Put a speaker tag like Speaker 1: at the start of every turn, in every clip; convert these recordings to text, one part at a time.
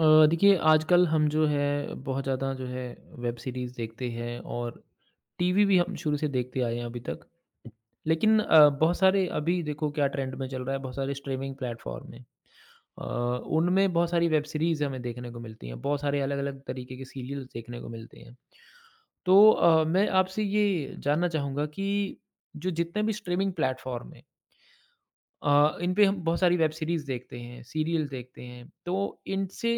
Speaker 1: देखिए आजकल हम जो है बहुत ज़्यादा जो है वेब सीरीज़ देखते हैं और टीवी भी हम शुरू से देखते आए हैं अभी तक। लेकिन बहुत सारे अभी देखो क्या ट्रेंड में चल रहा है बहुत सारे स्ट्रीमिंग प्लेटफ़ॉर्म हैं। अ, उनमें बहुत सारी वेब सीरीज़ हमें देखने को मिलती हैं, बहुत सारे अलग-अलग तरीके के सीरियल्स देखने को मिलते हैं। तो मैं आपसे ये जानना चाहूँगा कि जो जितने भी स्ट्रीमिंग प्लेटफ़ॉर्म हैं इन पे हम बहुत सारी वेब सीरीज़ देखते हैं, सीरियल देखते हैं, तो इनसे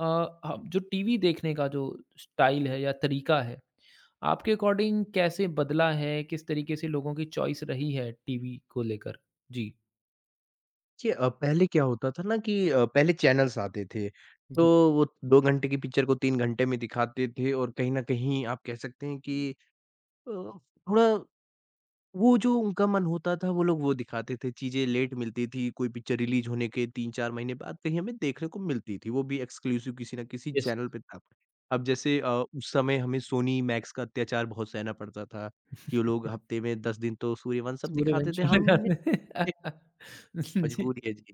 Speaker 1: अ, हम जो टीवी देखने का जो स्टाइल है या तरीका है, आपके अकॉर्डिंग कैसे बदला है? किस तरीके से लोगों की चॉइस रही है टीवी को लेकर? जी।
Speaker 2: देखिए पहले क्या होता था ना कि पहले चैनल्स आते थे। तो
Speaker 1: जी।
Speaker 2: वो 2 घंटे की पिक्चर को 3 घंटे में दिखाते थे और कहीं न कहीं आप कह सकते हैं कि थोड़ा वो जो उनका मन होता था वो लोग वो दिखाते थे। चीज़ें लेट मिलती थी, कोई पिक्चर रिलीज़ होने के 3-4 महीने बाद कहीं हमें देखने को मिलती थी। वो भी एक्सक्लूसिव किसी न किसी
Speaker 1: यस,
Speaker 2: चैनल पे था। अब जैसे उस समय हमें सोनी मैक्स का अत्याचार बहुत सहना पड़ता था कि वो लोग हफ़्ते में 10 दिन तो सूर्यवंशम दिखाते थे।
Speaker 1: सूर्यवंशम
Speaker 2: हमने
Speaker 1: लगाते
Speaker 2: एक
Speaker 1: हैं। जी,
Speaker 2: मजबूरी है जी।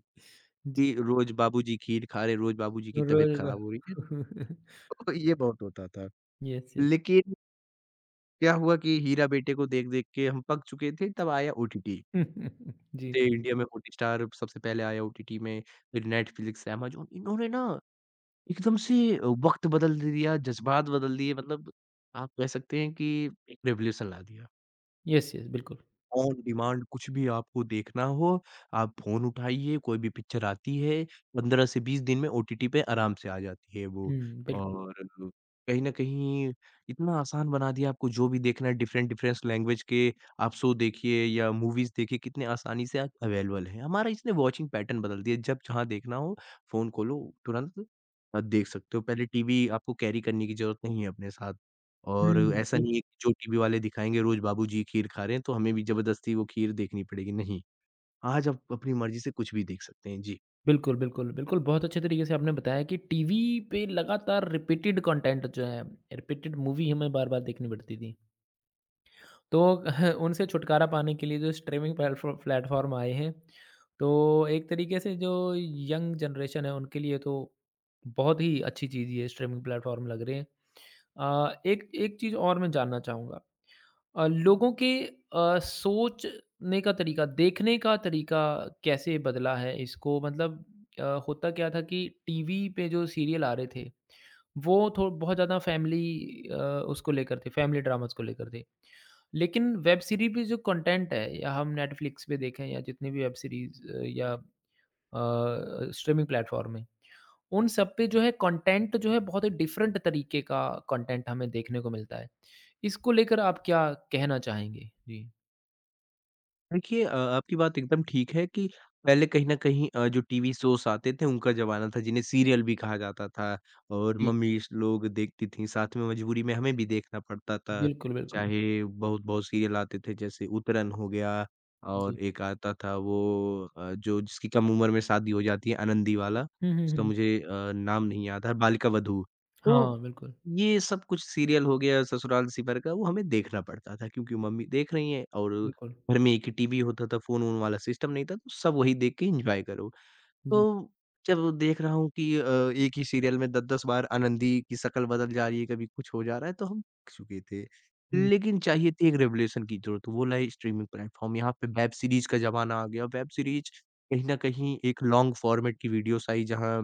Speaker 2: कि
Speaker 1: जी।
Speaker 2: रोज़ बाबूजी खीर खा रहे, रोज़ बाबूजी की तबीयत
Speaker 1: रोज वाह।
Speaker 2: खराब हो रही है। तो ये बहुत होता था।
Speaker 1: Yes, yes.
Speaker 2: लेकिन क्या हुआ कि हीरा बेटे को देख-देख के हम पक चुके थे, तब आया ओटीटी।
Speaker 1: जी,
Speaker 2: ये इंडिया में हॉटस्टार सबसे पहले आया ओटीटी में, फिर नेटफ्लिक्स, अमेज़न इन्होंने ना एकदम से वक़्त बदल दिया, जज़्बात बदल दिए मतलब आप कह सकते हैं कि एक रिवॉल्यूशन ला दिया।
Speaker 1: यस, यस, बिल्कुल।
Speaker 2: ऑन डिमांड कुछ भी आपको देखना हो, आप फ़ोन उठाइए, कोई भी पिक्चर आती है, 15 से 20 दिन में ओटीटी पे आराम से आ जाती है वो।
Speaker 1: हुँ, बिल्कुल।
Speaker 2: और कहीं न कहीं इतना आसान बना दिया आपको जो भी देखना है डिफरेंट-डिफरेंट लैंग्वेज के आप शो देखिए या मूवीज़ देखिए, कितने आसानी से आज अवेलेबल है। हमारा इसने वॉचिंग पैटर्न बदल दिया, जब जहाँ देखना हो फ़ोन खोलो तुरंत देख सकते हो। पहले टीवी आपको कैरी करने की ज़रूरत नहीं है अपने साथ। और
Speaker 1: हुँ,
Speaker 2: ऐसा नहीं
Speaker 1: बिल्कुल।
Speaker 2: है कि जो टीवी वाले दिखाएँगे रोज़ बाबूजी खीर खा रहे हैं, तो हमें भी ज़बरदस्ती वो खीर देखनी पड़ेगी, नहीं। आज आप अपनी मर्ज़ी से कुछ भी देख सकते हैं। जी।
Speaker 1: बिल्कुल, बिल्कुल, बिल्कुल, बहुत अच्छे तरीके से आपने बताया कि टीवी पे लगातार रिपीटेड कंटेंट जो है, रिपीटेड मूवी हमें बार-बार देखनी पड़ती थी। तो उनसे छुटकारा पाने के लिए जो स्ट्रीमिंग प्लेटफ़ॉर्म आए हैं, तो एक तरीके से जो यंग जनरेशन है, उनके लिए तो बहुत ही अच्छी चीज़ ये स्ट्रीमिंग प्लेटफ़ॉर्म लग रहे हैं। एक एक चीज़ और मैं जानना चाहूँगा लोगों के सोचने का तरीका, देखने का तरीका कैसे बदला है इसको मतलब होता क्या था कि टीवी पे जो सीरियल आ रहे थे, वो थो बहुत ज़्यादा फैमिली अ, उसको लेकर थे, फैमिली ड्रामास को लेकर थे। लेकिन वेब सीरीज़ पे जो कंटेंट है या हम नेटफ्लिक्स पे देखें या जितनी भी वेब सीरीज़ या स्ट्रीमिंग प्लेटफ़ॉर्म है, उन सब पे जो है कंटेंट जो है बहुत ही डिफरेंट तरीके का कंटेंट हमें देखने को मिलता है। इसको लेकर आप क्या कहना चाहेंगे? जी,
Speaker 2: देखिए आपकी बात एकदम ठीक है कि पहले कहीं न कहीं जो टीवी शोज़ आते थे उनका ज़माना था जिन्हें सीरियल भी कहा जाता था और
Speaker 1: जी।
Speaker 2: मम्मी लोग देखती थीं, साथ में मजबूरी में हमें भी देखना पड़ता था।
Speaker 1: बिल्कुल, बिल्कुल।
Speaker 2: चाहे बहुत-बहुत सीरियल आते थे जैसे उतरन हो गया
Speaker 1: जी।
Speaker 2: और एक आता था वो जो जिसकी कम उम्र में शादी हो जाती है आनंदी वाला,
Speaker 1: हुँ, हुँ,
Speaker 2: उसका
Speaker 1: हुँ।
Speaker 2: मुझे नाम
Speaker 1: जी।
Speaker 2: नहीं याद है, बालिका वधू। तो
Speaker 1: हाँ, बिल्कुल,
Speaker 2: ये सब कुछ सीरियल हो गया ससुराल सिमर का वो हमें देखना पड़ता था क्योंकि मम्मी देख रही हैं और
Speaker 1: बिल्कुल।
Speaker 2: घर में एक ही टीवी होता था, फ़ोन-वोन वाला सिस्टम नहीं था, तो सब वही देख के एन्जॉय करो।
Speaker 1: जी।
Speaker 2: तो जब देख रहा हूँ कि एक ही सीरियल में 10-10 बार आनंदी की शक्ल बदल जा रही है, कभी कुछ हो जा रहा है, तो हम थक चुके थे।
Speaker 1: हुँ,
Speaker 2: लेकिन चाहिए थी एक रेवोल्यूशन की ज़रूरत, वो लाए स्ट्रीमिंग प्लेटफ़ॉर्म। यहाँ पे वेब सीरीज़ का ज़माना आ गया, वेब सीरीज़ कहीं न कहीं एक लॉन्ग फ़ॉर्मेट की वीडियोज़ आई जहाँ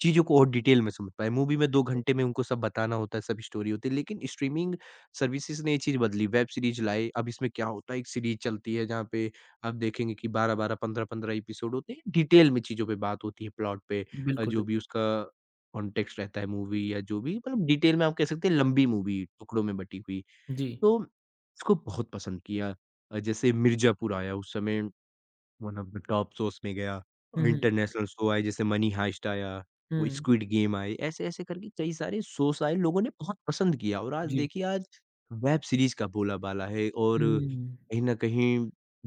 Speaker 2: चीज़ों को और डिटेल में समझ पाएँ। मूवी में 2 घंटे में उनको सब बताना होता है, सब स्टोरी होती है, लेकिन स्ट्रीमिंग सर्विसेज़ ने ये चीज़ बदली, वेब सीरीज़ लाए। अब इसमें क्या होता है, एक सीरीज़ चलती है जहाँ पे आप देखेंगे कि 12-12, 15-15 एपिसोड होते हैं, डिटेल में चीज़ों पे बात होती है, प्लॉट पे
Speaker 1: बिल्कुल,
Speaker 2: जो
Speaker 1: बिल्कुल।
Speaker 2: भी उसका कॉन्टेक्स्ट रहता है मूवी या जो भी मतलब डिटेल में आप कह सकते हैं लंबी मूवी टुकड़ों में बटी हुई।
Speaker 1: जी।
Speaker 2: तो इसको बहुत पसंद किया। जैसे मिर्ज़ापुर आया उस समय one of the top shows में गया और
Speaker 1: हुँ, हुँ,
Speaker 2: इंटरनेशनल शो आए जैसे मनी हाइस्ट आया, वो
Speaker 1: हुँ।
Speaker 2: स्क्विड गेम आए, ऐसे-ऐसे करके कई सारे शोज़ आए, लोगों ने बहुत पसंद किया और आज
Speaker 1: जी।
Speaker 2: देखिए आज वेब सीरीज़ का बोलाबाला है और
Speaker 1: हुँ,
Speaker 2: कहीं न कहीं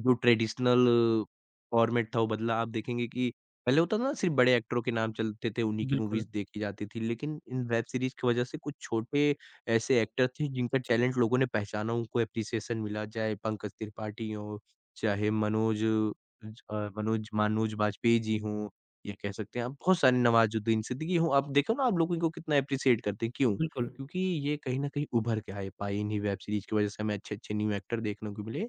Speaker 2: जो ट्रेडिशनल फॉर्मेट था वो बदला। आप देखेंगे कि पहले होता था ना सिर्फ़ बड़े एक्टरों के नाम चलते थे, उन्हीं की
Speaker 1: बिल्कुल।
Speaker 2: मूवीज़ देखी जाती थी, लेकिन इन वेब सीरीज़ की वजह से कुछ छोटे ऐसे एक्टर थे जिनका
Speaker 1: जी,
Speaker 2: टैलेंट लोगों ने पहचाना, उनको एप्रिसिएशन मिला, चाहे पंकज त्रिपाठी हों, चाहे मनोज ज अ, मनोज मनोज बाजपेयी जी हों या कह सकते हैं आप बहुत सारे नवाज़ुद्दीन सिद्दीकी हों, आप देखो ना आप लोग इनको कितना एप्रिशिएट करते हैं, क्यों?
Speaker 1: बिल्कुल।
Speaker 2: क्योंकि ये कहीं न कहीं उभर के आए पाए इन्हीं वेब सीरीज़ की वज़ह से हमें अच्छे-अच्छे न्यू एक्टर देखने को मिले।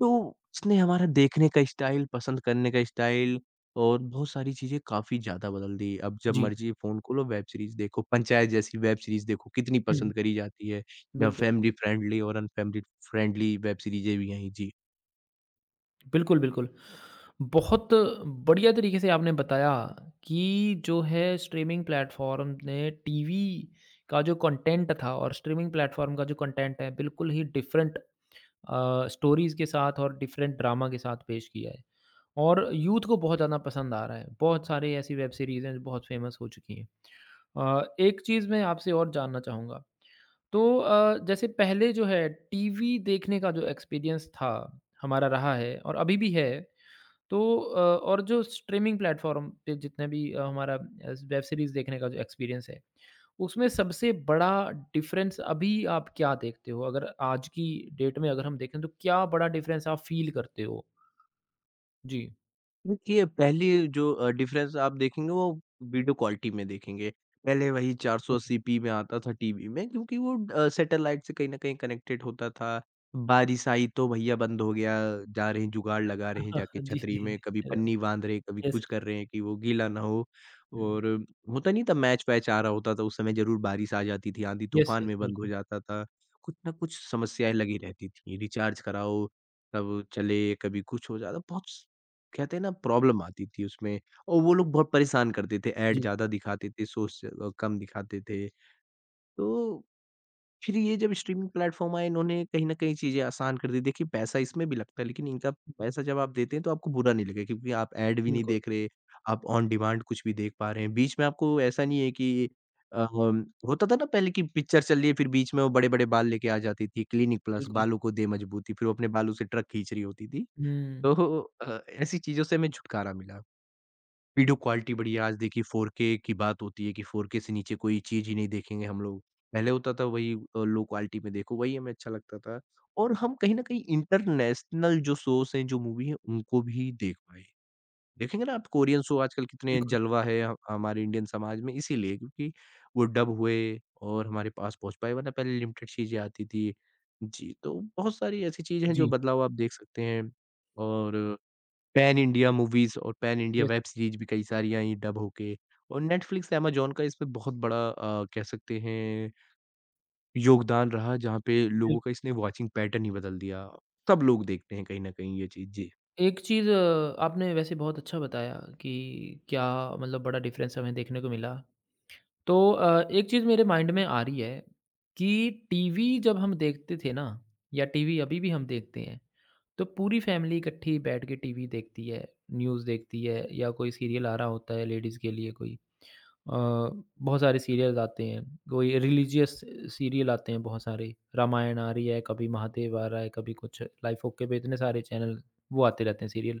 Speaker 2: तो इसने हमारा देखने का स्टाइल, पसंद करने का स्टाइल और बहुत सारी चीज़ें काफ़ी ज़्यादा बदल दी। अब जब
Speaker 1: जी।
Speaker 2: मर्ज़ी फ़ोन खोलो वेब सीरीज़ देखो, पंचायत जैसी वेब सीरीज़ देखो कितनी
Speaker 1: हुँ,
Speaker 2: पसंद करी जाती है। या
Speaker 1: बिल्कुल।
Speaker 2: फैमिली फ्रेंडली और अनफैमिली फ्रेंडली वेब सीरीज़ें भी आई। जी।
Speaker 1: बिल्कुल, बिल्कुल। बहुत बढ़िया तरीके से आपने बताया कि जो है स्ट्रीमिंग प्लेटफ़ॉर्म ने टीवी का जो कंटेंट था और स्ट्रीमिंग प्लेटफ़ॉर्म का जो कंटेंट है बिल्कुल ही डिफ़रेंट स्टोरीज़ के साथ और डिफ़रेंट ड्रामा के साथ पेश किया है। और यूथ को बहुत ज़्यादा पसंद आ रहा है। बहुत सारी ऐसी वेब सीरीज़ हैं जो बहुत फ़ेमस हो चुकी हैं। एक चीज़ मैं आपसे और जानना चाहूँगा। तो जैसे पहले जो है टीवी देखने का जो एक्सपीरियंस था, हमारा रहा है और अभी भी है तो और जो स्ट्रीमिंग प्लेटफ़ॉर्म पे जितने भी हमारा वेब सीरीज़ देखने का जो एक्सपीरियंस है, उसमें सबसे बड़ा डिफ़रेंस अभी आप क्या देखते हो? अगर आज की डेट में अगर हम देखें, तो क्या बड़ा डिफ़रेंस आप फ़ील करते हो? जी।
Speaker 2: देखिए, पहली जो डिफ़रेंस आप देखेंगे वो वीडियो क्वालिटी में देखेंगे। पहले वही
Speaker 1: ओके।
Speaker 2: 480p में आता था टीवी में क्योंकि वो सैटेलाइट से कहीं न कहीं कनेक्टेड होता था। बारिश आई तो भैया बंद हो गया, जा रहे हैं जुगाड़ लगा रहे हैं जाके
Speaker 1: जी,
Speaker 2: छतरी
Speaker 1: जी,
Speaker 2: में, कभी
Speaker 1: जी। अ,
Speaker 2: पन्नी बाँध रहे हैं, कभी
Speaker 1: यस।
Speaker 2: कुछ कर रहे हैं कि वो गीला ना हो।
Speaker 1: हुँ।
Speaker 2: और होता नहीं था मैच-वैच आ रहा होता था, उस समय ज़रूर बारिश आ जाती थी,
Speaker 1: यस,
Speaker 2: आंधी-तूफ़ान
Speaker 1: यस,
Speaker 2: में बंद हो
Speaker 1: बिल्कुल।
Speaker 2: जाता था। कुछ ना कुछ समस्याएँ लगी रहती थीं, रिचार्ज कराओ, तब चले, कभी कुछ हो जाता बहुत स कहते हैं ना प्रॉब्लम आती थी उसमें और वो लोग बहुत परेशान करते थे, ऐड
Speaker 1: जी।
Speaker 2: ज़्यादा दिखाते थे, सोर्स कम दिखाते थे। तो फिर ये जब स्ट्रीमिंग प्लेटफ़ॉर्म आए इन्होंने कहीं न कहीं चीज़ें आसान कर दी। देखिए पैसा इसमें भी लगता है लेकिन इनका
Speaker 1: हम्म,
Speaker 2: पैसा जब आप देते हैं तो आपको बुरा नहीं लगेगा क्योंकि आप ऐड भी नहीं
Speaker 1: बिल्कुल,
Speaker 2: देख रहे, आप ऑन डिमांड कुछ भी देख पा रहे हैं। बीच में आपको ऐसा नहीं है कि अ, हम होता था ना पहले कि पिक्चर चल रही है फिर बीच में वो बड़े-बड़े बाल लेके आ जाती थी, क्लिनिक प्लस
Speaker 1: बिल्कुल।
Speaker 2: बालों को दे मजबूती, फिर वो अपने बालों से ट्रक खींच रही होती थी।
Speaker 1: हुँ।
Speaker 2: तो ऐसी चीज़ों से हमें छुटकारा मिला। वीडियो क्वालिटी बढ़िया आज देखिए 4K की बात होती है कि 4K से नीचे कोई चीज़ ही नहीं देखेंगे हम लोग। पहले होता था वही लो क्वालिटी में देखो, वही हमें अच्छा लगता था और हम कहीं न कहीं इंटरनेशनल जो शोज़ हैं, जो मूवी हैं, उनको भी देख पाए। देखेंगे ना आप कोरियन शो आजकल कितने
Speaker 1: बिल्कुल।
Speaker 2: जलवा है ह हमारे इंडियन समाज में इसीलिए क्योंकि वो डब हुए और हमारे पास पहुँच पाए वरना पहले लिमिटेड चीज़ें आती थी। जी, तो बहुत सारी ऐसी चीज़ें हैं जो
Speaker 1: जी,
Speaker 2: बदलाव आप देख सकते हैं और पैन इंडिया मूवीज़ और pan India
Speaker 1: yes,
Speaker 2: web series भी कई सारी आई डब होके और नेटफ्लिक्स, ऐमाज़ॉन का इसमें बहुत बड़ा कह सकते हैं योगदान रहा, जहाँ पे लोगों का
Speaker 1: बिल्कुल।
Speaker 2: इसने वॉचिंग पैटर्न ही बदल दिया। सब लोग देखते हैं कहीं न कहीं ये चीज़। जी।
Speaker 1: एक चीज़ आपने वैसे बहुत अच्छा बताया कि क्या मतलब बड़ा डिफ़रेंस हमें देखने को मिला तो एक चीज़ मेरे माइंड में आ रही है कि टीवी जब हम देखते थे ना या टीवी अभी भी हम देखते हैं तो पूरी फैमिली इकट्ठी बैठ के टीवी देखती है न्यूज़ देखती है या कोई सीरियल आ रहा होता है लेडीज़ के लिए कोई अ, बहुत सारे सीरियल आते हैं कोई रिलीजियस सीरियल आते हैं बहुत सारे रामायण आ रही है कभी महादेव आ रहा है कभी कुछ लाइफ ओके पे इतने सारे चैनल वो आते रहते हैं सीरियल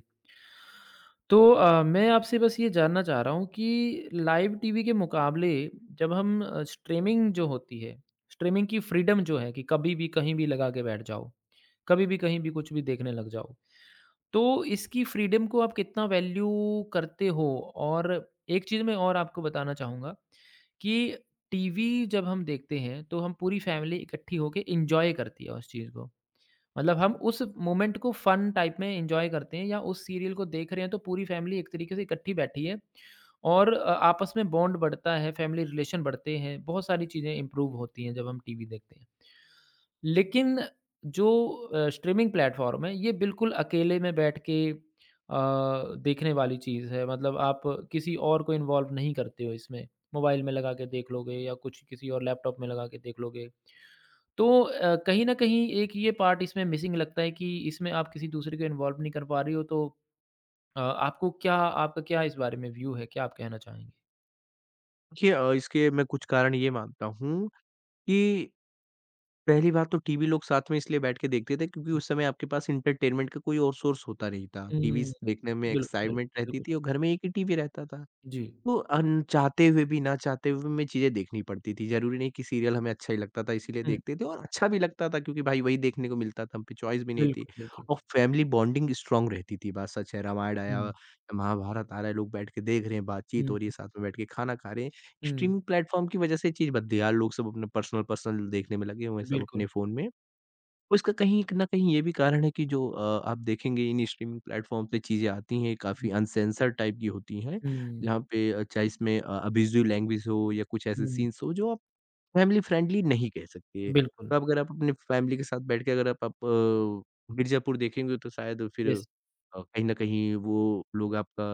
Speaker 1: तो मैं आपसे बस ये जानना चाह रहा हूँ कि लाइव टीवी के मुकाबले जब हम स्ट्रीमिंग जो होती है, स्ट्रीमिंग की फ्रीडम जो है कि कभी भी, कहीं भी लगा के बैठ जाओ, कभी भी, कहीं भी कुछ भी देखने लग जाओ। तो इसकी फ्रीडम को आप कितना वैल्यू करते हो? और एक चीज़ मैं और आपको बताना चाहूँगा कि टीवी जब हम देखते हैं, तो हम पूरी फैमिली इकट्ठी होके एन्जॉय करती है उस चीज़ को। मतलब हम उस मोमेंट को फन टाइप में एन्जॉय करते हैं या उस सीरियल को देख रहे हैं तो पूरी फैमिली एक तरीके से इकट्ठी बैठी है और आपस में बॉन्ड बढ़ता है, फैमिली रिलेशन बढ़ते हैं, बहुत सारी चीज़ें इम्प्रूव होती हैं जब हम टीवी देखते हैं। लेकिन जो स्ट्रीमिंग प्लेटफ़ॉर्म है ये बिल्कुल अकेले में बैठ के देखने वाली चीज़ है मतलब आप किसी और को इन्वॉल्व नहीं करते हो इसमें। मोबाइल में लगा के देख लोगे या कुछ किसी और लैपटॉप में लगा के देख लोगे। तो कहीं न कहीं एक ये पार्ट इसमें मिसिंग लगता है कि इसमें आप किसी दूसरे को इन्वॉल्व नहीं कर पा रही हो तो आपको क्या आपका क्या इस बारे में व्यू है? क्या आप कहना चाहेंगे?
Speaker 2: देखिए इसके मैं कुछ कारण ये मानता हूँ कि पहली बात तो टीवी लोग साथ में इसलिए बैठ के देखते थे क्योंकि उस समय आपके पास एंटरटेनमेंट का कोई और सोर्स होता नहीं था।
Speaker 1: हुँ,
Speaker 2: टीवीज़ देखने में
Speaker 1: बिल्कुल, बिल्कुल,
Speaker 2: एक्साइटमेंट रहती
Speaker 1: बिल्कुल।
Speaker 2: थी और घर में एक ही टीवी रहता था।
Speaker 1: जी।
Speaker 2: वो अन चाहते हुए भी ना चाहते हुए हमें चीज़ें देखनी पड़ती थी। ज़रूरी नहीं कि सीरियल हमें अच्छा ही लगता था इसीलिए
Speaker 1: हुँ,
Speaker 2: देखते थे और अच्छा भी लगता था क्योंकि भाई वही देखने को मिलता था, हम पे चॉइस भी नहीं थी
Speaker 1: बिल्कुल, बिल्कुल।
Speaker 2: और फैमिली बॉन्डिंग स्ट्रॉन्ग रहती थी। बात सच है रामायण
Speaker 1: हुँ,
Speaker 2: आया, महाभारत आ रहा है, लोग बैठ के देख रहे हैं, बातचीत हो
Speaker 1: हुँ,
Speaker 2: रही है, साथ में बैठ के खाना खा रहे हैं।
Speaker 1: हुँ,
Speaker 2: स्ट्रीमिंग प्लेटफ़ॉर्म की वज़ह से ये चीज़ बदली यार, लोग सब अपना पर्सनल-पर्सनल देखने में लगे हुए हैं सब
Speaker 1: बिल्कुल।
Speaker 2: अपने फ़ोन में। उसका कहीं क ना कहीं ये भी कारण है कि जो आप देखेंगे इन स्ट्रीमिंग प्लेटफ़ॉर्म पे चीज़ें आती हैं,
Speaker 1: हुँ,
Speaker 2: काफ़ी अनसेंसर्ड टाइप की होती हैं,
Speaker 1: हुँ,
Speaker 2: जहाँ पे चाहे इसमें अब्यूज़िव लैंग्वेज हो या कुछ ऐसे
Speaker 1: हुँ,
Speaker 2: सीन्स हो जो आप फैमिली फ्रेंडली नहीं कह सकते।
Speaker 1: बिल्कुल।
Speaker 2: तो आप अगर आप अपनी फैमिली के साथ बैठ के अगर आप मिर्ज़ापुर देखेंगे तो शायद फिर
Speaker 1: यस।
Speaker 2: कहीं न कहीं वो लोग आपका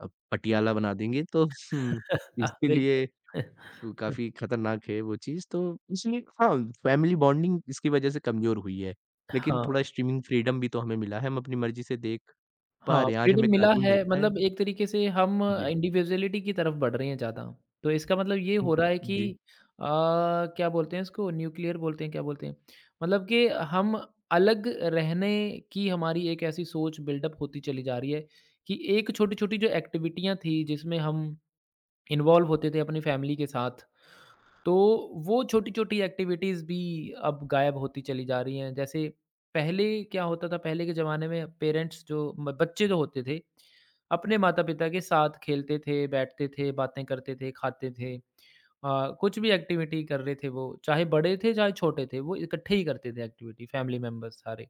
Speaker 2: पटियाला बना देंगे तो हुँ, इसके लिए
Speaker 1: बिल्कुल।
Speaker 2: तो काफ़ी खतरनाक है वो चीज़, तो इसलिए हाँ, फैमिली बॉन्डिंग इसकी वजह से कमज़ोर हुई है। लेकिन
Speaker 1: हाँ।
Speaker 2: थोड़ा स्ट्रीमिंग फ्रीडम भी तो हमें मिला है, हम अपनी मर्ज़ी से देख पा
Speaker 1: हाँ,
Speaker 2: रहे हैं। आज
Speaker 1: फ्रीडम
Speaker 2: हमें
Speaker 1: मिला
Speaker 2: कार्टून
Speaker 1: है
Speaker 2: देखना है
Speaker 1: मतलब एक तरीके से हम
Speaker 2: जी।
Speaker 1: इंडिविजुअलिटी की तरफ बढ़ रहे हैं ज़्यादा। तो इसका मतलब ये
Speaker 2: हुँ,
Speaker 1: हो रहा है कि
Speaker 2: जी।
Speaker 1: अ, क्या बोलते हैं इसको न्यूक्लियर बोलते हैं, क्या बोलते हैं? मतलब कि हम अलग रहने की हमारी एक ऐसी सोच बिल्डअप होती चली जा रही है कि एक छोटी-छोटी जो एक्टिविटीयाँ थी जिसमें हम इन्वॉल्व होते थे अपनी फैमिली के साथ तो वो छोटी-छोटी एक्टिविटीज़ भी अब गायब होती चली जा रही हैं। जैसे पहले क्या होता था, पहले के ज़माने में पेरेंट्स जो म बच्चे जो होते थे, अपने माता-पिता के साथ खेलते थे, बैठते थे, बातें करते थे, खाते थे। कुछ भी एक्टिविटी कर रहे थे वो, चाहे बड़े थे, चाहे छोटे थे, वो इकट्ठे ही करते थे एक्टिविटी फैमिली मेंबर्स सारे।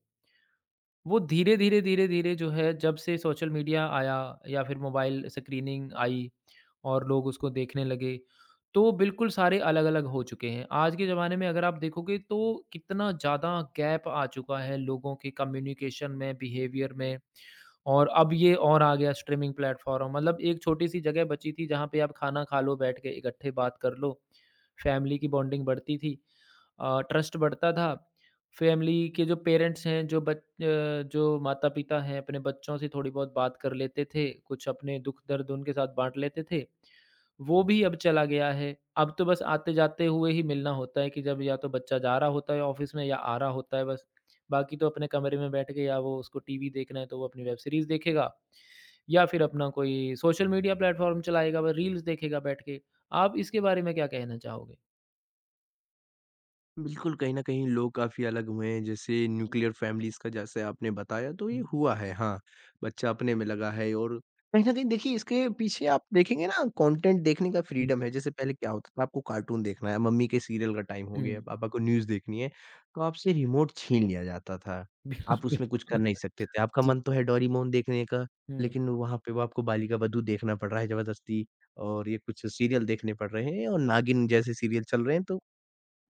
Speaker 1: वो धीरे-धीरे, धीरे-धीरे जो है जब से सोशल मीडिया आया या फिर मोबाइल स्क्रीनिंग आई और लोग उसको देखने लगे, तो बिल्कुल सारे अलग-अलग हो चुके हैं। आज के ज़माने में अगर आप देखोगे तो कितना ज़्यादा गैप आ चुका है लोगों के कम्युनिकेशन में, बिहेवियर में और अब ये और आ गया स्ट्रीमिंग प्लेटफ़ॉर्म मतलब एक छोटी-सी जगह बची थी जहाँ पे आप खाना खा लो, बैठ के इकट्ठे बात कर लो, फैमिली की बॉन्डिंग बढ़ती थी। ट्रस्ट बढ़ता था। फैमिली के जो पेरेंट्स हैं, जो माता-पिता हैं, अपने बच्चों से थोड़ी बहुत बात कर लेते थे, कुछ अपने दुःख-दर्द उनके साथ बाँट लेते थे, वो भी अब चला गया है। अब तो बस आते-जाते हुए ही मिलना होता है कि जब या तो बच्चा जा रहा होता है ऑफ़िस में या आ रहा होता है बस। बाकी तो अपने कमरे में बैठ के या वो उसको टीवी देखना है, तो वो अपनी वेब सीरीज़ देखेगा या फिर अपना कोई सोशल मीडिया प्लेटफ़ॉर्म चलाएगा, वो रील्स देखेगा बैठ के। आप इसके बारे में क्या कहना चाहोगे?
Speaker 2: बिल्कुल, कहीं न कहीं लोग काफ़ी अलग हुए हैं, जैसे न्यूक्लियर फैमिलीज़ का जैसे आपने बताया तो ये
Speaker 1: हुँ,
Speaker 2: हुआ है, हाँ। बच्चा अपने में लगा है और कहीं न कहीं देखिए इसके पीछे आप देखेंगे ना कंटेंट देखने का
Speaker 1: हुँ,
Speaker 2: फ्रीडम है, जैसे पहले क्या होता था आपको कार्टून देखना है, मम्मी के सीरियल का टाइम हो गया,
Speaker 1: हुँ।
Speaker 2: पापा को न्यूज़ देखनी है, तो आपसे रिमोट छीन लिया जाता था।
Speaker 1: बिल्कुल,
Speaker 2: आप उसमें कुछ कर
Speaker 1: बिल्कुल।
Speaker 2: नहीं सकते थे, आपका
Speaker 1: जी।
Speaker 2: मन तो है डोरेमोन देखने का,
Speaker 1: हुँ,
Speaker 2: लेकिन वहाँ पे वो आपको बालिका बधू देखना पड़ रहा है ज़बरदस्ती और ये कुछ सीरियल देखने पड़ रहे हैं और नागिन जैसे सीरियल चल रहे हैं तो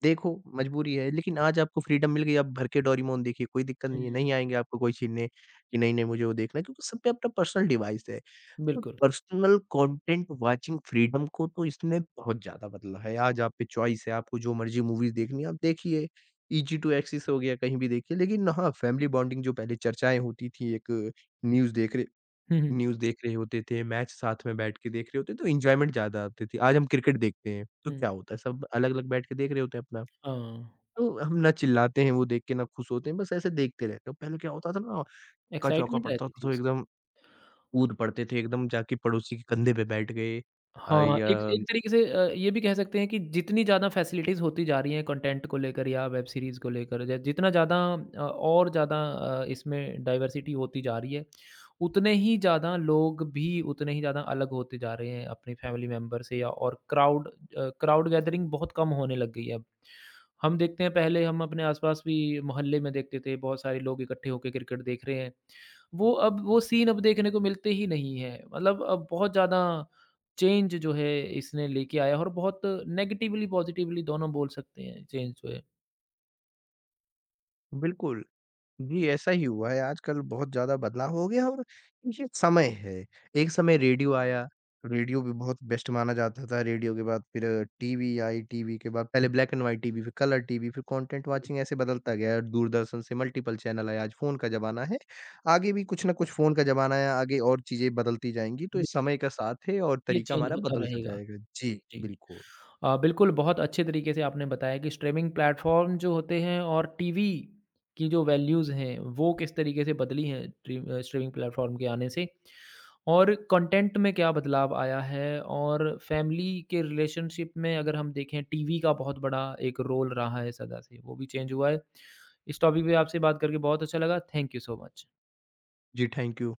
Speaker 2: देखो, मजबूरी है, लेकिन आज आपको फ्रीडम मिल गई, आप भर के डोरेमोन देखिए, कोई दिक्कत नहीं है,
Speaker 1: हुँ,
Speaker 2: नहीं आएँगे आपको कोई छीनने कि नहीं-नहीं मुझे वो देखना है, क्योंकि सब पे अपना पर्सनल डिवाइस है। तो
Speaker 1: बिल्कुल।
Speaker 2: पर्सनल कंटेंट वाचिंग फ्रीडम को तो इसने बहुत ज़्यादा बदला है, आज आप पे चॉइस है, आपको जो मर्ज़ी मूवीज़ देखनी है आप देखिए, ईज़ी टू एक्सेस हो गया, कहीं भी देखिए। लेकिन हाँ, फैमिली बॉन्डिंग जो पहले चर्चाएँ होती थी, एक न्यूज़ देख रहे
Speaker 1: हुँ, हुँ,
Speaker 2: न्यूज़ देख रहे होते थे, मैच साथ में बैठ के देख रहे होते, तो एन्जॉयमेंट ज़्यादा आती थी। आज हम क्रिकेट देखते हैं, तो
Speaker 1: हुँ।
Speaker 2: क्या होता है, सब अलग-अलग बैठ के देख रहे होते हैं अपना।
Speaker 1: हाँ,
Speaker 2: तो हम ना चिल्लाते हैं, वो देख के ना खुश होते हैं, बस ऐसे देखते रहते हैं। पहले क्या होता था ना, हक्का-चौका
Speaker 1: एक्साइटमेंट
Speaker 2: पड़ता
Speaker 1: रहती
Speaker 2: था
Speaker 1: थी
Speaker 2: तो
Speaker 1: उसकी।
Speaker 2: एकदम कूद पड़ते थे, एकदम जाके पड़ोसी के कंधे पे बैठ गए
Speaker 1: हाँ,
Speaker 2: या
Speaker 1: एक एक तरीके से ये भी कह सकते हैं कि जितनी ज़्यादा फैसिलिटीज़ होती जा रही हैं कंटेंट को लेकर या वेब सीरीज़ को लेकर या जितना ज़्यादा और ज़्यादा इसमें डाइवर्सिटी होती जा रही है, उतने ही ज़्यादा लोग भी उतने ही ज़्यादा अलग होते जा रहे हैं अपनी फैमिली मेंबर से या और क्राउड गैदरिंग बहुत कम होने लग गई है अब। हम देखते हैं पहले हम अपने आस-पास भी मोहल्ले में देखते थे, बहुत सारे लोग इकट्ठे होके क्रिकेट देख रहे हैं। वो सीन अब देखने को मिलते ही नहीं है। मतलब अब बहुत ज़्यादा चेंज जो है इसने लेके आया और बहुत नेगेटिवली पॉज़िटिवली दोनों बोल सकते हैं चेंज जो है।
Speaker 2: बिल्कुल। जी, ऐसा ही हुआ है, आजकल बहुत ज़्यादा बदलाव हो गया और ये समय है। एक समय रेडियो आया, रेडियो भी बहुत बेस्ट माना जाता था, रेडियो के बाद फिर टीवी आई, टीवी के बाद पहले ब्लैक एंड व्हाइट टीवी, फिर कलर टीवी, फिर कंटेंट वाचिंग ऐसे बदलता गया। है। दूरदर्शन से मल्टीपल चैनल आए, आज फ़ोन का ज़माना है। आगे भी कुछ न कुछ फ़ोन का ज़माना है, आगे और चीज़ें बदलती जाएँगी, तो ये
Speaker 1: जी,
Speaker 2: समय का साथ है और
Speaker 1: ये
Speaker 2: तरीका
Speaker 1: चेंज
Speaker 2: हमारा
Speaker 1: होता
Speaker 2: बदलता
Speaker 1: रहेगा।
Speaker 2: जाएगा। जी,
Speaker 1: जी।
Speaker 2: बिल्कुल।
Speaker 1: बिल्कुल, बहुत अच्छे तरीके से आपने बताया कि स्ट्रीमिंग प्लेटफ़ॉर्म जो होते हैं और टीवी की जो वैल्यूज़ हैं, वो किस तरीके से बदली हैं स्ट्रीमिंग प्लेटफ़ॉर्म के आने से। और कंटेंट में क्या बदलाव आया है और फैमिली के रिलेशनशिप में अगर हम देखें टीवी का बहुत बड़ा एक रोल रहा है सदा से, वो भी चेंज हुआ है। इस टॉपिक पे आपसे बात करके बहुत अच्छा लगा। Thank you so much.
Speaker 2: जी, थैंक यू।